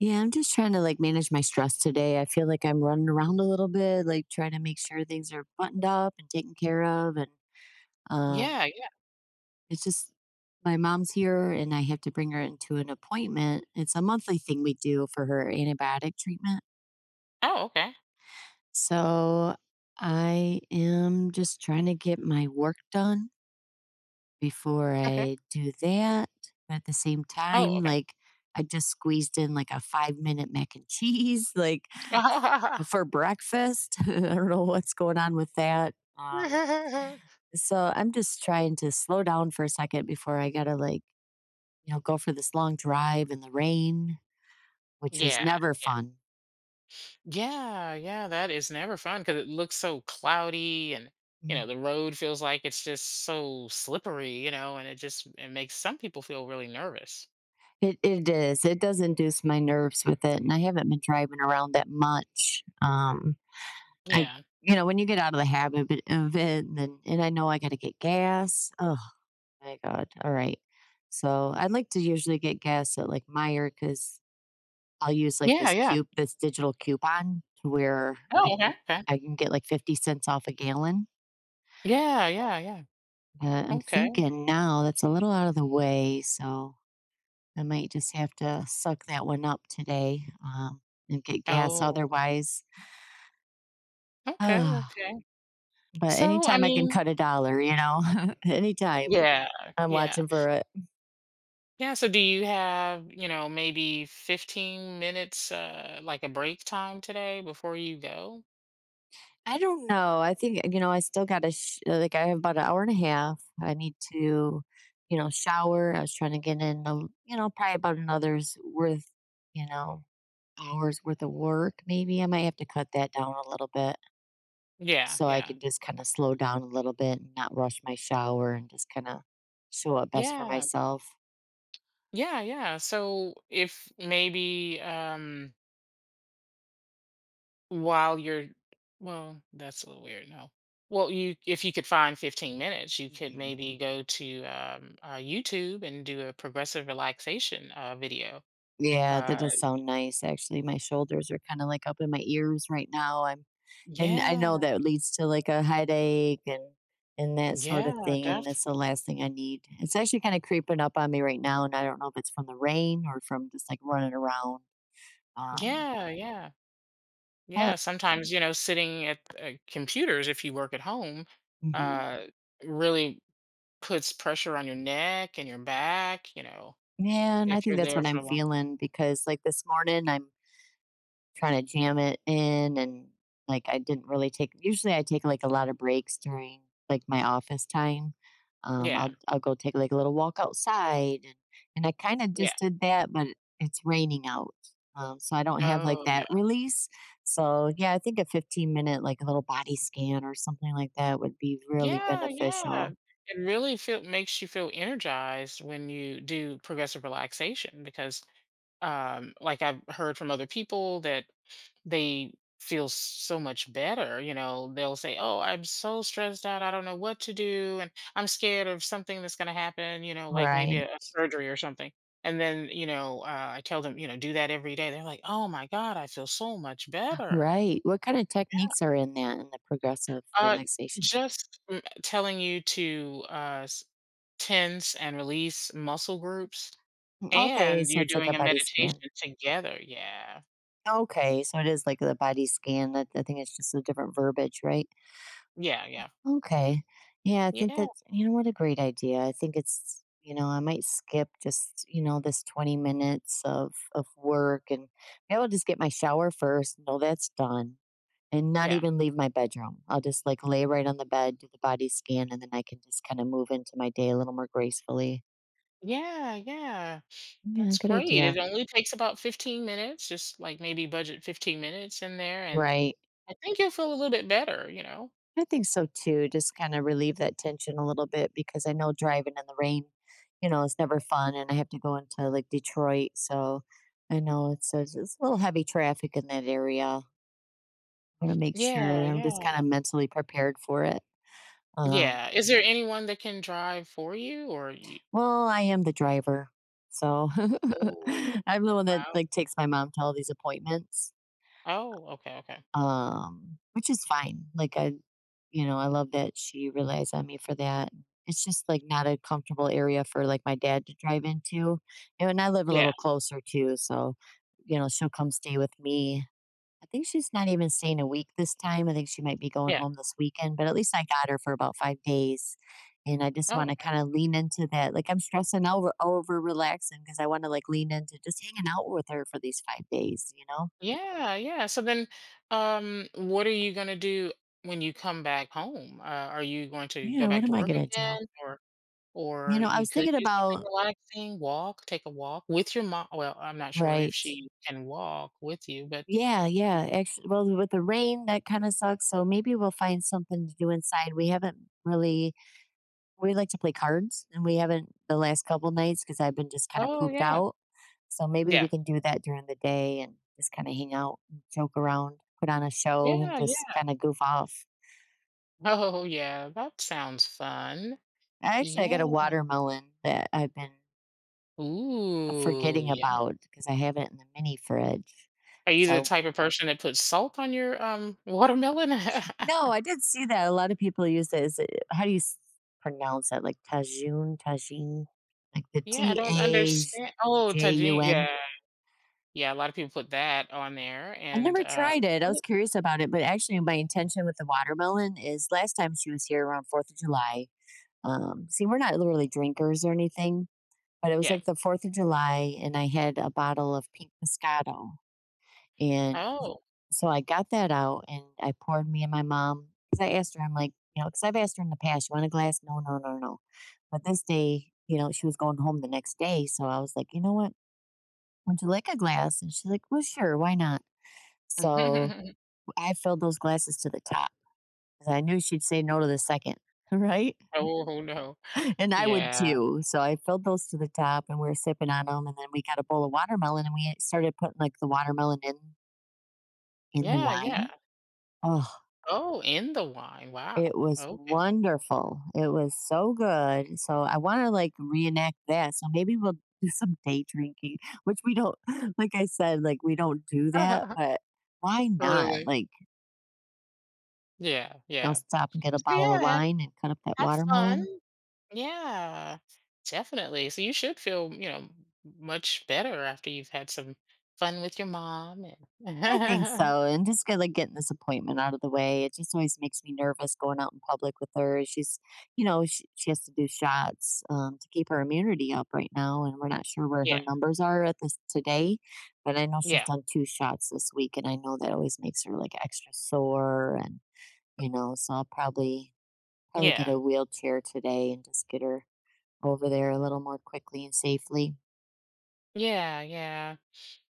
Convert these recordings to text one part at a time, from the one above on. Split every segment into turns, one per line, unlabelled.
Yeah, I'm just trying to like manage my stress today. I feel like I'm running around a little bit, like trying to make sure things are buttoned up and taken care of. And um,
Yeah, yeah.
it's just my mom's here and I have to bring her into an appointment. It's a monthly thing we do for her antibiotic treatment.
Oh, okay.
So I am just trying to get my work done before
Okay.
I do that. But at the same
Oh,
time,
okay.
like I just squeezed in like a 5-minute mac and cheese. Like, for breakfast. I don't know what's going on with that. So I'm just trying to slow down for a second before I gotta like, go for this long drive in the rain, which is
Yeah,
never
yeah.
fun.
Yeah, yeah, that is never fun because it looks so cloudy and you
Mm.
know, the road feels like it's just so slippery, you know, and it just it makes some people feel really nervous.
It is. It does induce my nerves with it, and I haven't been driving around that much. I
Yeah.
You know when you get out of the habit of it, and then and I know I got to get gas. Oh my god! All right. So I like to usually get gas at like Meijer because I'll use like
Yeah,
this
yeah.
cube, this digital coupon to where I
Oh, okay.
can
Okay.
I can get like 50 cents off a gallon.
Yeah, yeah, yeah.
But I'm
Okay.
thinking now that's a little out of the way, so I might just have to suck that one up today and get gas
Oh,
otherwise.
okay,
But
okay. So, I
anytime I can
mean,
cut a dollar, anytime
yeah,
I'm
yeah.
watching for a,
Yeah, so do you have, you know, maybe 15 minutes, like a break time today before you go?
I don't know. I think, I still got to, like, I have about an hour and a half. I need to, shower. I was trying to get in, a, probably about another's worth, you know, hours worth of work. Maybe I might have to cut that down a little bit
Yeah,
so I
yeah.
can just kind of slow down a little bit and not rush my shower and just kind of show up best for
Yeah,
myself.
yeah, yeah. So if maybe while you're well, that's a little weird, no. Well, you if you could find 15 minutes, you could
Hmm.
maybe go to YouTube and do a progressive relaxation video.
Yeah, that
Uh
does sound nice. Actually, my shoulders are kind of like up in my ears right now. I'm And I know
yeah,
that leads to like a headache and that sort of
yeah,
thing, and
def
that's the last thing I need. It's actually kind of creeping up on me right now, and I don't know if it's from the rain or from just like running around. Um,
yeah, yeah. Yeah,
but
sometimes, you know, sitting at computers if you work at home
Mhm.
uh, really puts pressure on your neck and your back, you know,
Man, I
if
think
you're
that's
there
what I'm
for long.
feeling because like this morning I'm trying to jam it in and, like, I didn't really take usually I take, like, a lot of breaks during, like, my office time.
Yeah,
I'll go take, like, a little walk outside, and I kinda
yeah.
just did that, but it's raining out, so I don't have, like,
Oh,
that
yeah.
release. So, yeah, I think a 15-minute, like, a little body scan or something like that would be really
Yeah, yeah.
beneficial.
It really makes you feel energized when you do progressive relaxation because, like I've heard from other people that they feel so much better. You know, they'll say, "Oh, I'm so stressed out. I don't know what to do." And I'm scared of something that's going to happen, you know, like maybe
Right.
a surgery or something. And then, you know, I tell them, you know, do that every day. They're like, "Oh my God, I feel so much better."
Right. What kinda techniques are in that in the progressive
Uh,
relaxation?
just telling you to tense and release muscle groups.
Mm, okay,
And
so
you're
it's like a
doing a
body scan.
meditation together. Yeah.
Okay, so it is like the body scan. I think it's just a different verbiage, right?
Yeah. Yeah.
Okay. Yeah, I think
Yeah.
that, what a great idea. I think I might skip just, this 20 minutes of work and maybe I'll just get my shower first. No, that's done. And not
Yeah.
even leave my bedroom. I'll just like lay right on the bed, do the body scan, and then I can just kind of move into my day a little more gracefully.
Yeah. Yeah.
Yeah,
That's
good
great. It
idea.
only takes about 15 minutes, just like maybe budget 15 minutes in there, and
Right.
I think you'll feel a little bit better, you know?
I think so too. Just kind of relieve that tension a little bit because I know driving in the rain, is never fun. And I have to go into like Detroit. So I know it's a little heavy traffic in that area. I want to make
Yeah,
sure I'm just kind
yeah.
of mentally prepared for it. Um,
Yeah. Is there anyone that can drive for you or you
well, I am the driver. So
Oh,
I'm the one that
wow.
like takes my mom to all these appointments.
Oh, okay, okay.
Which is fine. Like I love that she relies on me for that. It's just like not a comfortable area for like my dad to drive into, and I live a
Yeah,
little closer too. So, she'll come stay with me. I think she's not even staying a week this time. I think she might be going
yeah.
home this weekend, but at least I got her for about 5 days. And I just want
Oh,
to
okay.
kind of lean into that. Like I'm stressing over relaxing because I want to like lean into just hanging out with her for these 5 days, you know?
Yeah, yeah. So then, what are you gonna do when you come back home? Are you going to go
Yeah, what
back to
am I
work
going to do?
again
You
or
know, I
you
was
could
thinking
do something
about
relaxing, walk, take a walk with your mom well, I'm not sure if
right.
she can walk with you, but
Yeah,
you
yeah. Actually, well, with the rain, that kind of sucks. So maybe we'll find something to do inside. We haven't really. We like to play cards, and we haven't the last couple nights because I've been just kind of
Oh,
pooped
yeah.
out. So maybe
Yeah.
we can do that during the day and just kind of hang out, and joke around, put on a show, and
Yeah,
just
yeah.
kind of goof off.
Oh, yeah, that sounds fun.
Actually, I got a
Yeah.
watermelon that I've been
Ooh,
forgetting
yummy.
about because I have it in the mini fridge.
Are you the
So
type of person that puts salt on your, watermelon?
No, I did see that. A lot of people use it as a, how do you pronounce that? Like tajun, tajin, like the
Yeah, I
T
don't
A
understand Oh,
J U
tajin
N.
yeah. Yeah, a lot of people put that on there
I've
and,
never tried it. I was curious about it, but actually, my intention with the watermelon is last time she was here around Fourth of July. See, we're not literally drinkers or anything, but it was
yeah.
like the Fourth of July, and I had a bottle of pink Moscato. And
Oh.
so I got that out and I poured me and my mom 'cause I asked her, I'm like, because 'cause I've asked her in the past, "You want a glass?" "No, no, no, no." But this day, she was going home the next day, so I was like, "You know what? Would you like a glass?" And she's like, "Well, sure, why not?" So I filled those glasses to the top 'cause I knew she'd say no to the second, right?
Oh, no.
And I would
Yeah.
too. So I filled those to the top and we were sipping on them, and then we got a bowl of watermelon and we started putting, like, the watermelon in the
Yeah, yeah.
wine. Oh.
Oh, in the wine. Wow.
It was
Okay.
wonderful. It was so good. So I wanna, like, reenact that, so maybe we'll do some day drinking, which we don't like I said, like, we don't do that, but why not?
Really?
Like,
Yeah,
I'll
yeah.
stop and get a
So
bottle of
yeah,
wine and cut up that
have fun.
watermelon.
Yeah, definitely. So you should feel, you know, much better after you've had some fun with your mom and
I think so, and just get like getting this appointment out of the way. It just always makes me nervous going out in public with her. She's, you know, she has to do shots to keep her immunity up right now, and we're not sure where
yeah,
her numbers are at this today. But I know she's
yeah,
done two shots this week, and I know that always makes her like extra sore, and so I'll probably get
yeah,
a wheelchair today and just get her over there a little more quickly and safely.
yeah, yeah.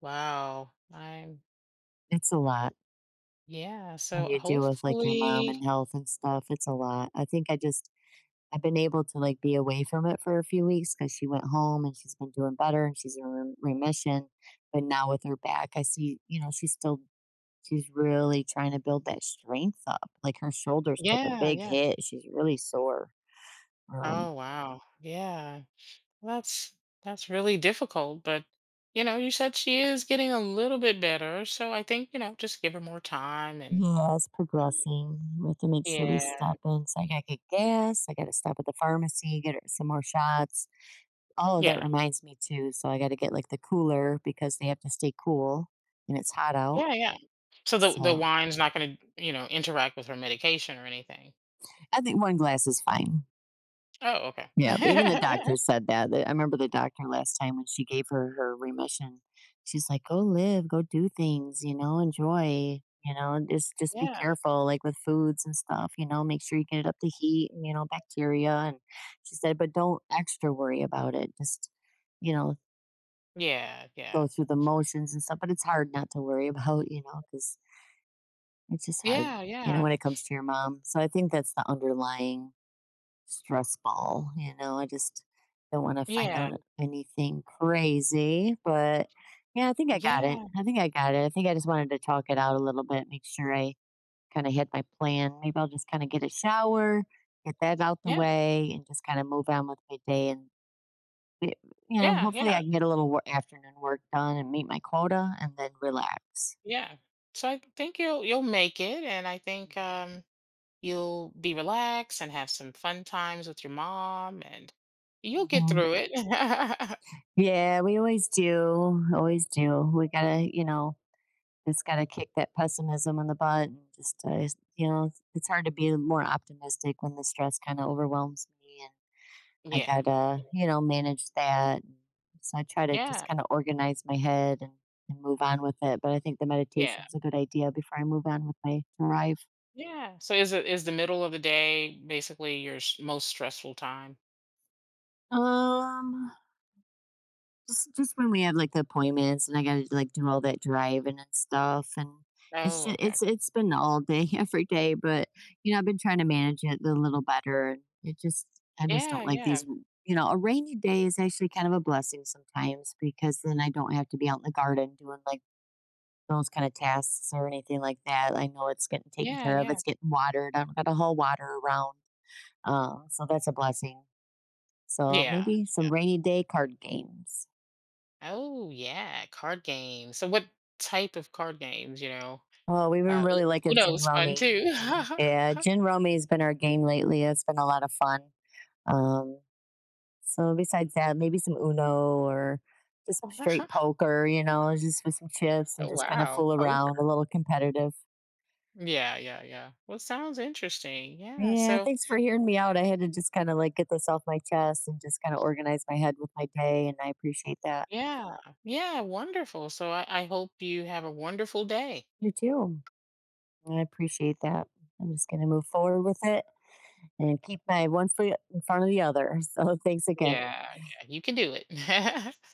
Wow. I'm
It's a lot
yeah.
when
So
you deal with like your mom
hopefully,
and health and stuff. It's a lot. I think I've been able to, like, be away from it for a few weeks because she went home and she's been doing better and she's in re remission, but now with her back, I see, she's really trying to build that strength up, like, her shoulders took a
yeah,
big
yeah.
hit, she's really sore. um
Oh wow. Yeah. Well, that's really difficult, but you know, you said she is getting a little bit better, so I think, you know, just give her more time and
Yeah, it's
Mm.
progressing. We have to make sure we
Yeah.
stop in, so I gotta get gas, I gotta stop at the pharmacy, get her some more shots. Oh,
Yeah.
that reminds me too, so I gotta get, like, the cooler because they have to stay cool, and it's hot out,
Yeah, yeah. So the
so
wine's not going to, you know, interact with her medication or anything.
I think one glass is fine.
Oh, okay.
Yeah. Even the doctor said that. I remember the doctor last time when she gave her her remission. She's like, go live, go do things, enjoy, just be
Yeah.
careful, like with foods and stuff, make sure you get it up to heat and, bacteria. And she said, but don't extra worry about it. Just, you know,
Yeah, yeah.
go through the motions and stuff. But it's hard not to worry about, because it's just hard,
Yeah, yeah.
when it comes to your mom. So I think that's the underlying stress ball. I just don't want to find
Yeah.
out anything crazy. But yeah, I think I got it.
Yeah.
I think I got it. I think I just wanted to talk it out a little bit, make sure I kind of had my plan. Maybe I'll just kind of get a shower, get that out the
Yeah.
way, and just kind of move on with my day. And, y- you know,
Yeah,
Hopefully I
yeah.
can get a little afternoon work done and meet my quota and then relax.
Yeah. So I think you'll make it and I think
Mhm.
you'll be relaxed and have some fun times with your mom, and you'll get
Mhm.
through it.
Yeah, we always do. Always do. We got to, you know, it's got to kick that pessimism in the butt and just you know it's- hard to be more optimistic when the stress kind of overwhelms me, and I
Yeah.
gotta manage that. So I try to just
Yeah.
kind of organize my head, and move on with it. But I think the
Yeah.
meditation's a good idea before I move on with my drive.
Yeah. So is it is the middle of the day basically your s most stressful time?
um just when we have, like, the appointments and I gotta, like, do all that driving and stuff, and it's
Oh,
just
okay.
it's been all day every day, but, I've been trying to manage it a little better, and it just I just
Yeah,
don't like
yeah.
a rainy day is actually kind of a blessing sometimes because then I don't have to be out in the garden doing, like, those kinda tasks or anything like that. I know it's getting taken
Yeah,
care of,
yeah.
it's getting watered, I don't gotta haul water around, so that's a blessing. So,
Yeah.
maybe some rainy day card games.
Oh, yeah, card games. So what type of card games, you know?
Oh, we've been
U
really liking gin
Uno's fun
rummy.
too.
Yeah, gin rummy's been our game lately. It's been a lot of fun. Um, so besides that, maybe some Uno or just straight poker, just with some chips and just kind of
Wow,
fool around, a
poker.
little competitive.
Yeah, yeah, yeah. Well, sounds interesting. Yeah,
Yeah,
so
thanks for hearing me out. I had to just kind of like get this off my chest and just kind of organize my head with my day, and I appreciate that.
yeah. Yeah. Wonderful. So I hope you have a wonderful day.
You too. I appreciate that. I'm just going to move forward with it and keep my one foot in front of the other. So thanks again.
Yeah. Yeah. You can do it.